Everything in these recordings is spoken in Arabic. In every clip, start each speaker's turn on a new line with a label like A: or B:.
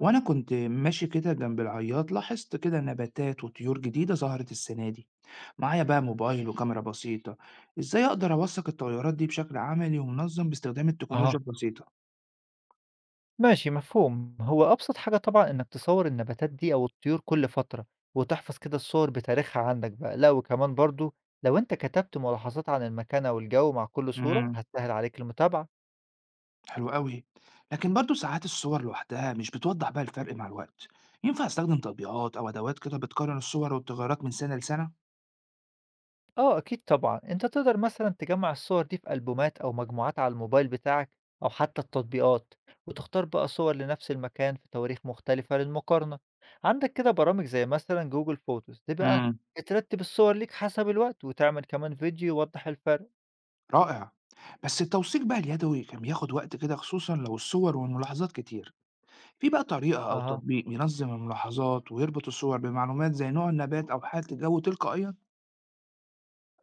A: وأنا كنت ماشي كده جنب العياط، لاحظت كده نباتات وطيور جديدة ظهرت السنة دي. معايا بقى موبايل وكاميرا بسيطة. إزاي أقدر أوثق التغيرات دي بشكل عملي ومنظم باستخدام التكنولوجيا
B: أها،
A: البسيطة؟
B: ماشي مفهوم. هو أبسط حاجة طبعًا إنك تصور النباتات دي أو الطيور كل فترة، وتحفظ كده الصور بتاريخها عندك بقى، لا وكمان برضه لو أنت كتبت ملاحظات عن المكان أو الجو مع كل صورة
A: امم
B: هتسهل عليك المتابعة.
A: حلو قوي. لكن برضو ساعات الصور لوحدها مش بتوضح بقى الفرق مع الوقت. ينفع أستخدم تطبيقات أو أدوات كده بتقارن الصور والتغيرات من سنة لسنة؟
B: آه أكيد طبعًا، أنت تقدر مثلًا تجمع الصور دي في ألبومات أو مجموعات على الموبايل بتاعك أو حتى التطبيقات، وتختار بقى صور لنفس المكان في تواريخ مختلفة للمقارنة. عندك كده برامج زي مثلًا جوجل فوتوز، دي بقى
A: امم.
B: بترتب الصور ليك حسب الوقت، وتعمل كمان فيديو يوضح الفرق.
A: رائع. بس التوثيق بقى اليدوي كان بياخد وقت كده، خصوصا لو الصور والملاحظات كتير. في بقى طريقة أو
B: أها،
A: تطبيق بينظم الملاحظات ويربط الصور بمعلومات زي نوع النبات أو حالة الجو تلقائيا؟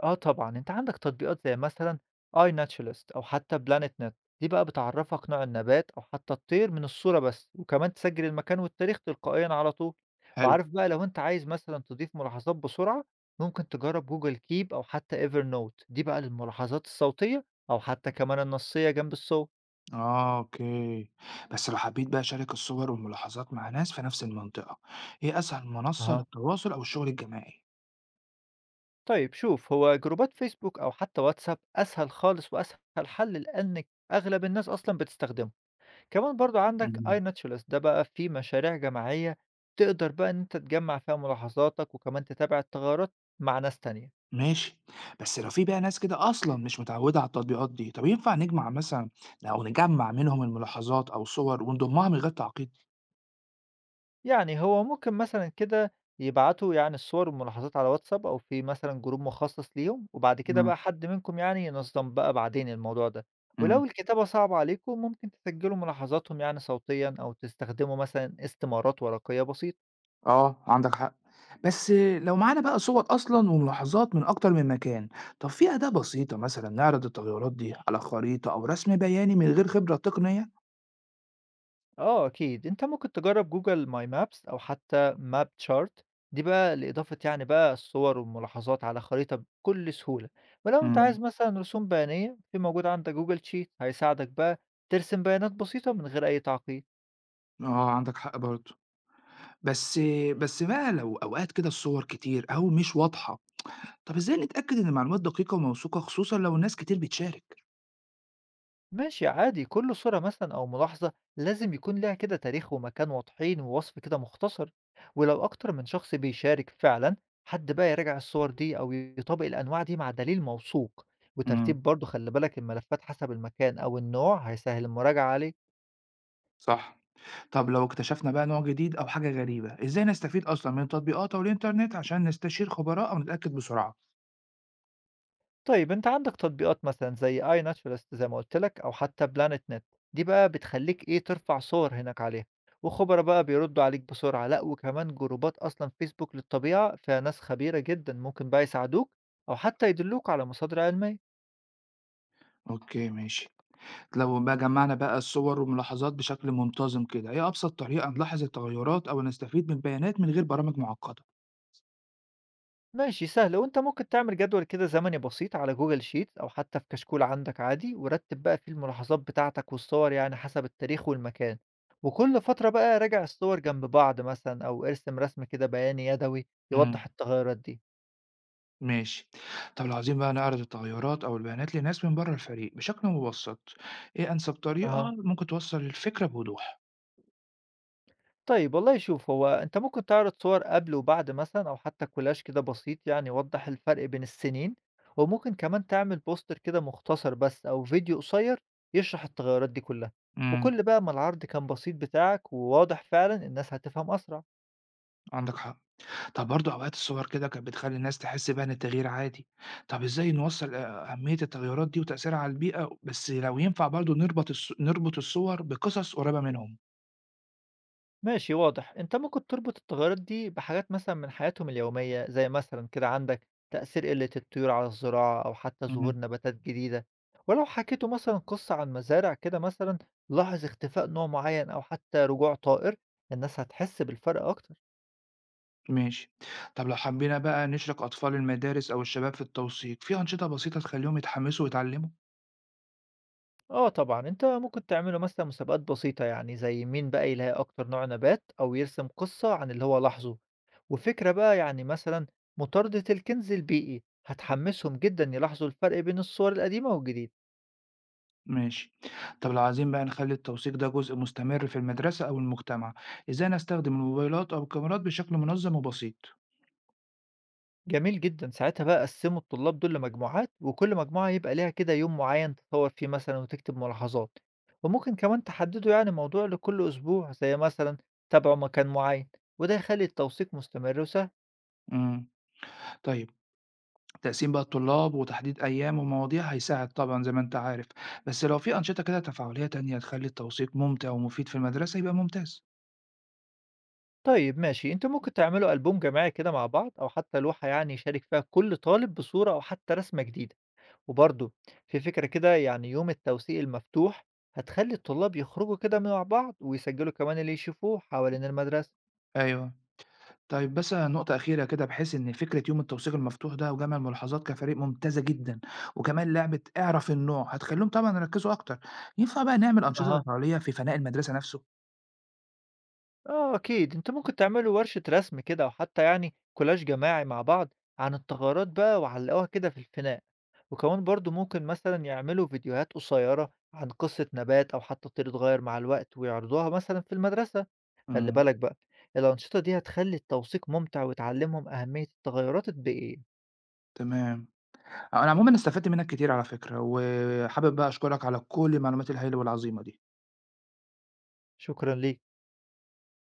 B: آه طبعًا، أنت عندك تطبيقات زي مثلًا iNaturalist أو حتى PlanetNet، دي بقى بتعرّفك نوع النبات أو حتى الطير من الصورة بس، وكمان تسجّل المكان والتاريخ تلقائيًا على طول،
A: حلو.
B: وعارف بقى لو أنت عايز مثلًا تضيف ملاحظات بسرعة، ممكن تجرّب Google Keep أو حتى Evernote، دي بقى للملاحظات الصوتية أو حتى كمان النصية جنب الصوت.
A: آه، أوكي. بس لو حبيت بقى أشارك الصور والملاحظات مع ناس في نفس المنطقة، إيه أسهل منصة
B: أها.
A: للتواصل أو الشغل الجماعي؟
B: طيب شوف، هو جروبات فيسبوك أو حتى واتساب أسهل خالص وأسهل حل لإن أغلب الناس أصلًا بتستخدمه. كمان برضو عندك
A: مم.
B: iNaturalist ده بقى فيه مشاريع جماعية تقدر بقى إن أنت تجمع فيها ملاحظاتك وكمان تتابع التغيرات مع ناس تانية.
A: ماشي. بس لو في بقى ناس كده أصلا مش متعودة على التطبيقات دي، طب ينفع نجمع مثلا أو نجمع منهم الملاحظات أو الصور ونضمها من غير تعقيد؟
B: يعني هو ممكن مثلا كده يبعتوا يعني الصور والملاحظات على واتساب أو في مثلا جروب مخصص ليهم، وبعد كده
A: مم.
B: بقى حد منكم يعني ينظم بقى بعدين الموضوع ده. ولو
A: مم.
B: الكتابة صعبة عليكم ممكن تسجلوا ملاحظاتهم يعني صوتيا، أو تستخدموا مثلا استمارات ورقية بسيطة.
A: آه، عندك حق. بس لو معانا بقى صور أصلًا وملاحظات من أكتر من مكان، طب في أداة بسيطة مثلًا نعرض التغيرات دي على خريطة أو رسم بياني من غير خبرة تقنية؟
B: آه أكيد، أنت ممكن تجرّب Google My Maps أو حتى Map Chart، دي بقى لإضافة يعني بقى الصور والملاحظات على خريطة بكل سهولة، ولو أنت
A: إمم.
B: عايز مثلًا رسوم بيانية في موجود عندك Google Sheet هيساعدك بقى ترسم بيانات بسيطة من غير أي تعقيد.
A: آه، عندك حق برضه. بس بس بقى لو أوقات كده الصور كتير أو مش واضحة، طب إزاي نتأكد إن المعلومات دقيقة وموثوقة، خصوصًا لو الناس كتير بتشارك؟
B: ماشي عادي، كل صورة مثلا أو ملاحظة لازم يكون لها كده تاريخ ومكان واضحين ووصف كده مختصر، ولو أكتر من شخص بيشارك فعلا، حد بقى يراجع الصور دي أو يطابق الأنواع دي مع دليل موثوق.
A: إمم،
B: وترتيب برضه خلي بالك الملفات حسب المكان أو النوع هيسهل المراجعة عليك.
A: صح. طب لو اكتشفنا بقى نوع جديد أو حاجة غريبة، إزاي نستفيد أصلًا من التطبيقات أو الإنترنت عشان نستشير خبراء أو نتأكد بسرعة؟
B: طيب أنت عندك تطبيقات مثلًا زي iNaturalist زي ما قُلت لك أو حتى PlanetNet، دي بقى بتخلّيك إيه، ترفع صور هناك عليها، وخبرا بقى بيردّوا عليك بسرعة، لأ وكمان جروبات أصلًا Facebook للطبيعة فيها ناس خبيرة جدًا ممكن بقى يساعدوك أو حتى يدلّوك على مصادر علمية.
A: أوكي، ماشي. لو بقى جمعنا بقى الصور والملاحظات بشكل منتظم كده، ايه ابسط طريقة نلاحظ التغيرات او نستفيد من البيانات من غير برامج معقدة؟
B: ماشي سهلة، وأنت ممكن تعمل جدول كده زمني بسيط على جوجل شيت أو حتى في كشكول عندك عادي، ورتب بقى فيه الملاحظات بتاعتك والصور يعني حسب التاريخ والمكان، وكل فترة بقى راجع الصور جنب بعض مثلا أو ارسم رسم بياني يدوي يوضح
A: امم
B: التغيرات دي.
A: ماشي. طب لو عايزين بقى نعرض التغيرات او البيانات لناس من بره الفريق بشكل مبسط، ايه انسب طريقة
B: أها،
A: ممكن توصل الفكرة بوضوح؟
B: طيب والله شوف، هو أنت ممكن تعرض صور قبل وبعد مثلًا أو حتى كولاج كده بسيط يعني يوضح الفرق بين السنين، وممكن كمان تعمل بوستر كده مختصر بس أو فيديو قصير يشرح التغيرات دي كلها،
A: امم
B: وكل بقى ما العرض كان بسيط بتاعك وواضح فعلًا الناس هتفهم أسرع.
A: عندك حق. طب برضه اوقات الصور كده كانت بتخلي الناس تحس بقى ان التغيير عادي. طب ازاي نوصل اهمية التغيرات دي وتأثيرها على البيئة؟ بس لو ينفع برضه نربط نربط الصور بقصص قريبة منهم.
B: ماشي واضح، انت ممكن تربط التغيرات دي بحاجات مثلا من حياتهم اليومية، زي مثلا كده عندك تأثير قلة الطيور على الزراعة او حتى ظهور نباتات جديدة. ولو حكيته مثلا قصة عن مزارع كده مثلا لاحظ اختفاء نوع معين او حتى رجوع طائر، الناس هتحس بالفرق اكتر.
A: ماشي. طب لو حبينا بقى نشرك أطفال المدارس أو الشباب في التوثيق في أنشطة بسيطة تخليهم يتحمسوا ويتعلموا.
B: آه طبعًا، أنت ممكن تعملوا مثلًا مسابقات بسيطة، يعني زي مين بقى يلاقي أكتر نوع نبات أو يرسم قصة عن اللي هو لاحظه، وفكرة بقى يعني مثلًا مطاردة الكنز البيئي هتحمسهم جدًا يلاحظوا الفرق بين الصور القديمة والجديد.
A: ماشي. طب لو عايزين بقى نخلي التوثيق ده جزء مستمر في المدرسة أو المجتمع، إزاي نستخدم الموبايلات أو الكاميرات بشكل منظم وبسيط؟
B: جميل جدًا، ساعتها بقى قسموا الطلاب دول لمجموعات، وكل مجموعة يبقى ليها كده يوم معين تتصور فيه مثلًا وتكتب ملاحظات، وممكن كمان تحددوا يعني موضوع لكل أسبوع، زي مثلًا تابعوا مكان معين، وده يخلي التوثيق مستمر وسهل.
A: امم طيب. تقسيم بقى الطلاب وتحديد أيام ومواضيع هيساعد طبعا، زي ما أنت عارف. بس لو في أنشطة كده تفاعلية تانية تخلي التوثيق ممتع ومفيد في المدرسة يبقى ممتاز.
B: طيب ماشي، أنتم ممكن تعملوا ألبوم جماعي كده مع بعض أو حتى لوحة يعني يشارك فيها كل طالب بصورة أو حتى رسمة جديدة، وبرضه في فكرة كده يعني يوم التوثيق المفتوح هتخلي الطلاب يخرجوا كده مع بعض ويسجلوا كمان اللي يشوفوه حوالين المدرسة.
A: أيوه. طيب، بس نقطة أخيرة كده، بحيث إن فكرة يوم التوثيق المفتوح ده وجمع الملاحظات كفريق ممتازة جدًا، وكمان لعبة اعرف النوع هتخلّيهم طبعًا يركّزوا أكتر. ينفع بقى نعمل أنشطة
B: أها،
A: تفاعلية في فناء المدرسة نفسه؟
B: آه أكيد، أنتم ممكن تعملوا ورشة رسم كده أو حتى يعني كولاج جماعي مع بعض عن الثغرات بقى وعلقوها كده في الفناء، وكمان برضو ممكن مثلا يعملوا فيديوهات قصيرة عن قصة نبات أو حتى طير اتغير مع الوقت ويعرضوها مثلا في المدرسة. خلي
A: إمم،
B: بالك بقى الأنشطة دي هتخلي التوثيق ممتع وتعلمهم أهمية التغيرات البيئية.
A: تمام. أنا عمومًا استفدت منّك كتير على فكرة، وحابب بقى أشكرك على كل المعلومات الهايلة والعظيمة دي.
B: شكرا ليك.